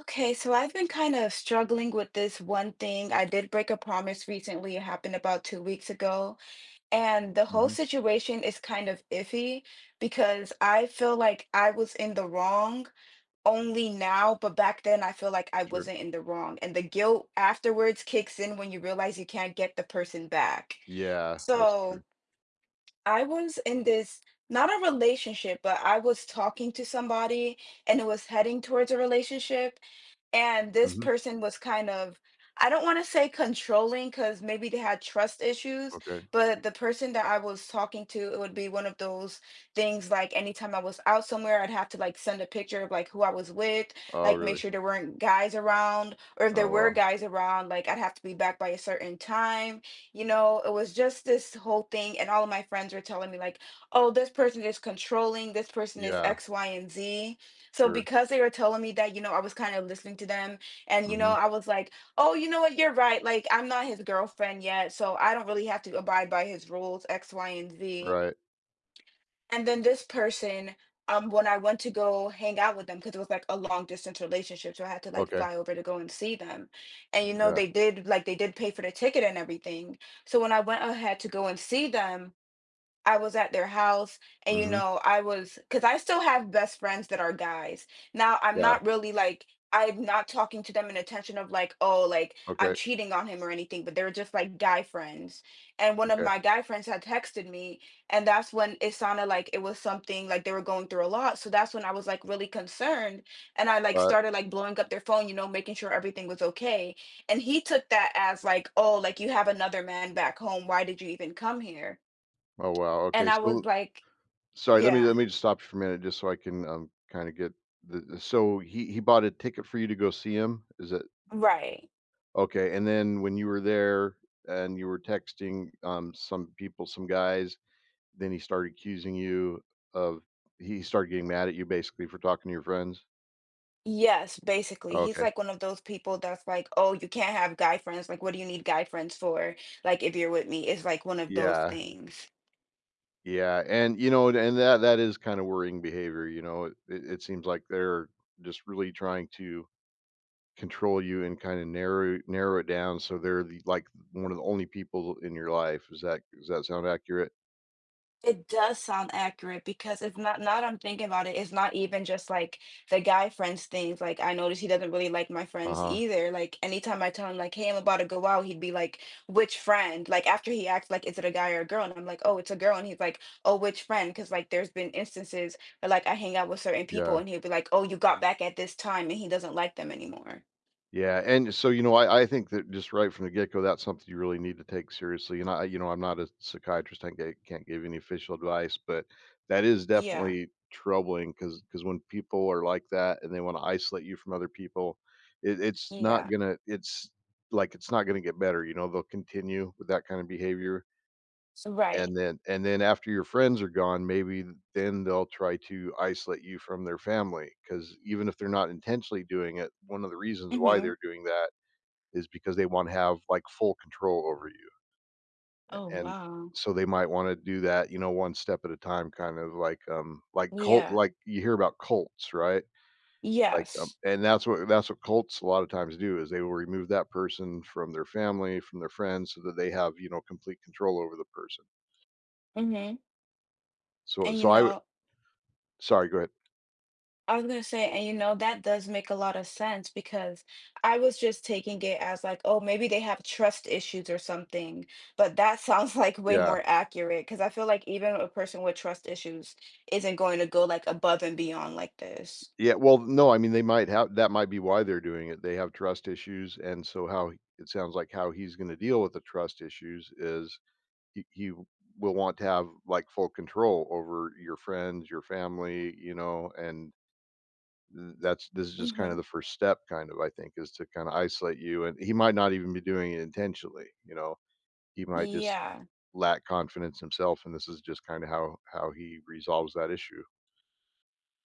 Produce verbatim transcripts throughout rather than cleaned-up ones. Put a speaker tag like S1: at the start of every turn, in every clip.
S1: Okay, so I've been kind of struggling with this one thing. I did break a promise recently. It happened about two weeks ago. And the whole
S2: Mhm.
S1: situation is kind of iffy because I feel like I was in the wrong only now, but back then I feel like I
S2: Sure.
S1: wasn't in the wrong. And the guilt afterwards kicks in when you realize you can't get the person back.
S2: Yeah, that's
S1: So
S2: true.
S1: I was in this not a relationship, but I was talking to somebody, and it was heading towards a relationship. And this
S2: Mhm.
S1: person was kind of, I don't want to say controlling because maybe they had trust issues,
S2: Okay.
S1: but the person that I was talking to, it would be one of those things like anytime I was out somewhere, I'd have to like send a picture of like who I was with,
S2: Oh,
S1: like make
S2: really?
S1: sure there weren't guys around, or if there
S2: Oh,
S1: were
S2: wow.
S1: guys around, like I'd have to be back by a certain time. You know, it was just this whole thing, and all of my friends were telling me like, oh, this person is controlling, this person is
S2: Yeah.
S1: X, Y, and Z. So
S2: Sure.
S1: because they were telling me that, you know, I was kind of listening to them. And you know,
S2: Mhm.
S1: I was like, oh, you know what, you're right, like I'm not his girlfriend yet, so I don't really have to abide by his rules, X, Y, and Z.
S2: Right.
S1: And then this person, um, when I went to go hang out with them, because it was like a long distance relationship, so I had to like
S2: Okay.
S1: fly over to go and see them. And you know,
S2: Yeah.
S1: they did like they did pay for the ticket and everything. So when I went ahead to go and see them, I was at their house and, you
S2: Mhm.
S1: know, I was because I still have best friends that are guys. Now, I'm
S2: Yeah.
S1: not really like I'm not talking to them in attention of like, oh, like I'm
S2: Okay.
S1: cheating on him or anything, but they're just like guy friends. And one of
S2: Okay.
S1: my guy friends had texted me, and that's when it sounded like it was something like they were going through a lot. So that's when I was like really concerned. And I like
S2: Alright.
S1: started like blowing up their phone, you know, making sure everything was okay. And he took that as like, oh, like you have another man back home. Why did you even come here?
S2: Oh, wow.
S1: And
S2: Okay.
S1: I was
S2: So
S1: like,
S2: sorry, let me let
S1: yeah,
S2: me just stop you for a minute just so I can, um, kinda get the the so he he bought a ticket for you to go see him? Is it
S1: right.
S2: okay, and then when you were there and you were texting, um, some people, some guys, then he started accusing you of he started getting mad at you basically for talking to your friends?
S1: Yes, basically. He's
S2: Okay.
S1: like one of those people that's like, oh, you can't have guy friends. Like, what do you need guy friends for? Like, if you're with me, it's like one of those
S2: Yeah.
S1: things.
S2: Yeah, and, you know, and that that is kinda worrying behavior, you know? It it it seems like they're just really trying to control you and kinda narrow narrow it down so they're the, like, one of the only people in your life. Is that does that sound accurate?
S1: It does sound accurate because it's not now that I'm thinking about it, it's not even just like the guy friends things, like, I noticed he doesn't really like my friends
S2: Uh-huh.
S1: either, like, anytime I tell him, like, "Hey, I'm about to go out," he'd be like, "Which friend?" Like, after he acts like, "Is it a guy or a girl?" and I'm like, "Oh, it's a girl," and he's like, "Oh, which friend?" Because like, there's been instances where, like, I hang out with certain people
S2: Yeah.
S1: and he'll be like, "Oh, you got back at this time," and he doesn't like them anymore.
S2: Yeah, and so, you know, I I think that just right from the get-go, that's something you really need to take seriously, and I, you know, I'm not a psychiatrist, I can't can't give any official advice, but that is
S1: Yeah,
S2: definitely troubling because because when people are like that and they wanna isolate you from other people, it it's not
S1: yeah.
S2: gonna it's like, it's not gonna get better, you know, they'll continue with that kind of behavior,
S1: Right.
S2: and then and then after your friends are gone, maybe then they'll try to isolate you from their family because even if they're not intentionally doing it, one of the reasons why
S1: Mhm.
S2: they're doing that is because they want to have, like, full control over you.
S1: Oh,
S2: And
S1: wow.
S2: so they might want to do that, you know, one step at a time, kind of like um like cult
S1: Yeah.
S2: like you hear about cults, right? Like um,
S1: Yes.
S2: and that's what that's what cults a lot of times do is they will remove that person from their family, from their friends, so that they have, you know, complete control over the person.
S1: Mhm,
S2: So
S1: and you
S2: so I w-
S1: know,
S2: sorry, go ahead.
S1: I was gonna say, and you know, that does make a lot of sense because I was just taking it as like, oh, maybe they have trust issues or something, but that sounds like way
S2: Yeah.
S1: more accurate because I feel like even a person with trust issues isn't going to go like above and beyond like this.
S2: Yeah, well, no, I mean they might have that might be why they're doing it. They have trust issues, and so how it sounds like how he's going to deal with the trust issues is y- you will want to have like full control over your friends, your family, you know, and th- that's this is just kind of
S1: Hmm.
S2: the first step kind of I think is to kind of isolate you, and he might not even be doing it intentionally, you know, he might just
S1: Yeah.
S2: lack confidence himself, and this is just kind of how how he resolves that issue.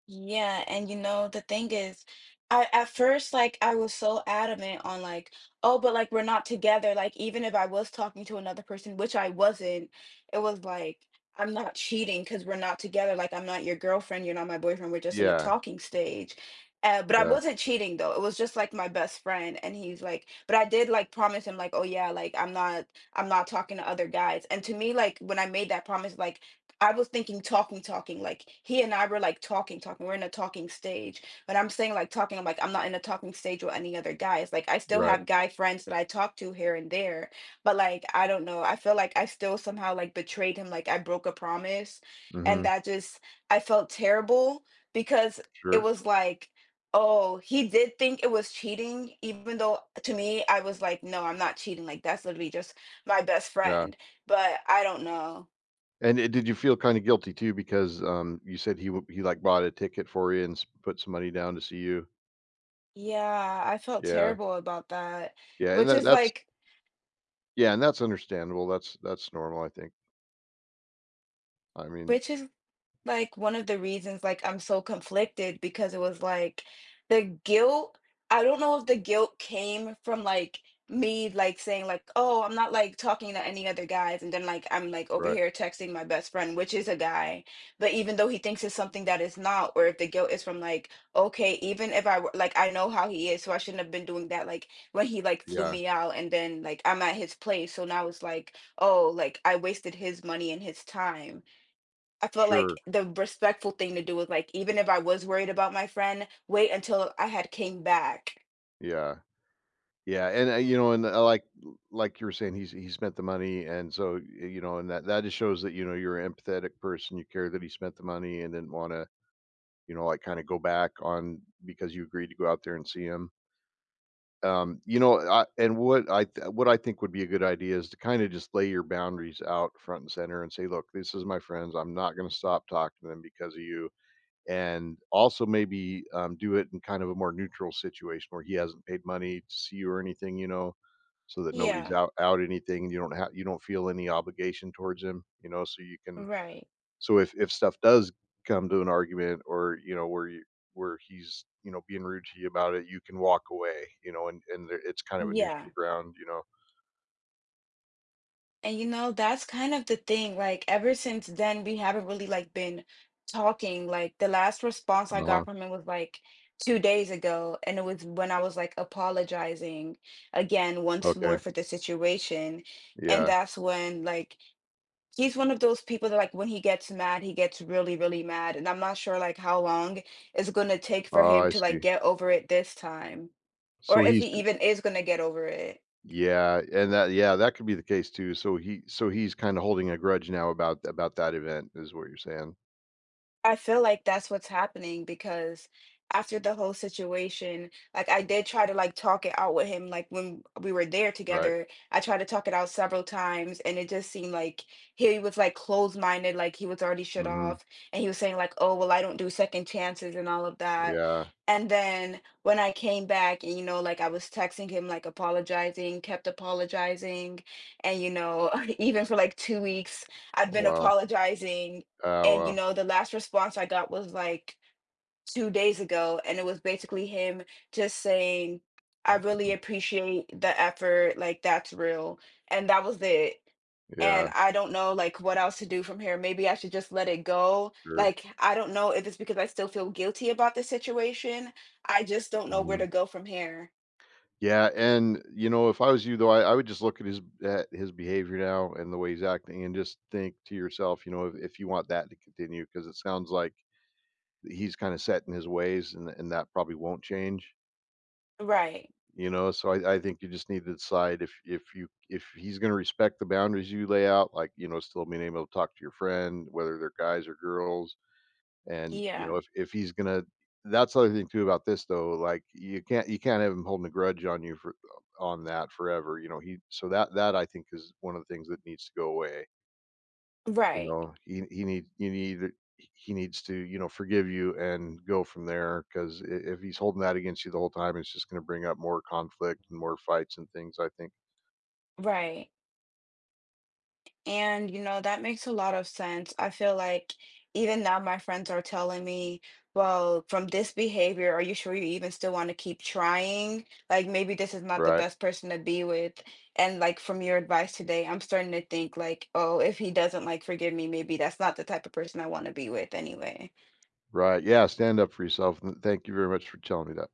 S1: Yeah, and you know, the thing is, I at first like I was so adamant on like, oh, but like we're not together. Like even if I was talking to another person, which I wasn't, it was like I'm not cheating because we're not together. Like I'm not your girlfriend, you're not my boyfriend. We're just in a
S2: Yeah.
S1: talking stage. Uh, but I
S2: Yeah.
S1: wasn't cheating though. It was just like my best friend, and he's like, but I did like promise him like, oh yeah, like I'm not, I'm not talking to other guys. And to me, like when I made that promise, like. I was thinking talking, talking. Like he and I were like talking, talking. We're in a talking stage. But I'm saying like talking, I'm like, I'm not in a talking stage with any other guys. Like I still
S2: Right.
S1: have guy friends that I talk to here and there. But like, I don't know. I feel like I still somehow like betrayed him. Like I broke a promise. And
S2: Hmm.
S1: that just, I felt terrible because it
S2: Sure.
S1: was like, oh, he did think it was cheating. Even though to me, I was like, no, I'm not cheating. Like that's literally just my best
S2: Yeah,
S1: friend. But I don't know.
S2: and uh, did you feel kind of guilty too because um you said he w- he like bought a ticket for you and s- put some money down to see you?
S1: Yeah, I felt
S2: Yeah.
S1: terrible about that,
S2: Yeah, and
S1: which
S2: that,
S1: is
S2: that's
S1: like
S2: yeah, and that's understandable. That's that's normal, I think. I mean,
S1: which is like, one of the reasons, like, I'm so conflicted because it was, like, the guilt. I don't know if the guilt came from, like, me, like, saying, like, "Oh, I'm not, like, talking to any other guys," and then, like, I'm, like, over
S2: right.
S1: here texting my best friend, which is a guy, but even though he thinks it's something that is not, or if the guilt is from, like, "Okay, even if I were like, I know how he is, so I shouldn't have been doing that," like, when he, like, flew
S2: Yeah.
S1: me out and then, like, I'm at his place, so now it's like, "Oh, like, I wasted his money and his time." I felt
S2: Sure.
S1: like the respectful thing to do was like, even if I was worried about my friend, wait until I had came back.
S2: Yeah. Yeah, and, uh, you know, and, uh, like like you were saying, he he spent the money, and so, y you know, and that that just shows that, you know, you're an empathetic person, you care that he spent the money and didn't wanna, you know, like, kinda go back on because you agreed to go out there and see him. Um, you know, I and what I th what I think would be a good idea is to kinda just lay your boundaries out front and center and say, "Look, this is my friends. I'm not gonna stop talking to them because of you. And also maybe um, do it in kind of a more neutral situation where he hasn't paid money to see you or anything, you know, so that nobody's
S1: Yeah,
S2: out out anything. You don't have you don't feel any obligation towards him, you know, so you can."
S1: right.
S2: So if if stuff does come to an argument or, you know, where you where he's, you know, being rude to you about it, you can walk away, you know, and and there, it's kind of a
S1: Yeah.
S2: neutral ground, you know.
S1: And you know, that's kind of the thing. Like ever since then, we haven't really like been talking. Like the last response I
S2: Uh
S1: got
S2: huh.
S1: from him was like two days ago, and it was when I was like apologizing again once more
S2: Okay.
S1: for the situation. And
S2: Yeah.
S1: that's when like he's one of those people that like when he gets mad, he gets really, really mad. And I'm not sure like how long it's gonna take for
S2: Oh,
S1: him
S2: I
S1: to
S2: see.
S1: like get over it this time. Or
S2: So
S1: if he
S2: he's
S1: even is gonna get over it.
S2: yeah, and that yeah, that could be the case too. So he so he's kind of holding a grudge now about about that event is what you're saying,
S1: I feel like that's what's happening because after the whole situation, like I did try to like talk it out with him, like when we were there
S2: right?
S1: together, I tried to talk it out several times and it just seemed like he was like closed minded, like he was already shut
S2: Mhm.
S1: off. And he was saying like, oh, well, I don't do second chances and all of that.
S2: Yeah.
S1: And then when I came back and, you know, like I was texting him, like apologizing, kept apologizing. And, you know, even for like two weeks, I've been
S2: Wow.
S1: apologizing.
S2: Oh,
S1: And, you
S2: wow.
S1: know, the last response I got was like two days ago, and it was basically him just saying, "I really
S2: Mhm.
S1: appreciate the effort, like, that's real." And that was it. And
S2: Yeah,
S1: I don't know, like, what else to do from here. Maybe I should just let it go.
S2: sure.
S1: Like, I don't know if it's because I still feel guilty about the situation. I just don't know where
S2: Mhm.
S1: to go from here.
S2: Yeah, and you know, if I was you though, I, I would just look at his at his behavior now and the way he's acting, and just think to yourself, you know, if, if you want that to continue, because it sounds like he's kind of set in his ways, and and that probably won't change.
S1: Right.
S2: You know, so I, I think you just need to decide if if you if he's going to respect the boundaries you lay out, like, you know, still being able to talk to your friend, whether they're guys or girls, and you
S1: Yeah.
S2: know, if if he's going to, that's the other thing too about this though. Like you can't you can't have him holding a grudge on you for on that forever. You know, he so that that I think is one of the things that needs to go away. You
S1: Right.
S2: know, he he need you need he needs to, you know, forgive you and go from there because if he's holding that against you the whole time, it's just gonna bring up more conflict and more fights and things, I think.
S1: Right. And, you know, that makes a lot of sense. I feel like even now my friends are telling me, well, from this behavior, are you sure you even still want to keep trying? Like maybe this is not the
S2: Right.
S1: best person to be with. And like from your advice today, I'm starting to think like, oh, if he doesn't like forgive me, maybe that's not the type of person I want to be with anyway.
S2: Right. Yeah, stand up for yourself, and thank you very much for telling me that.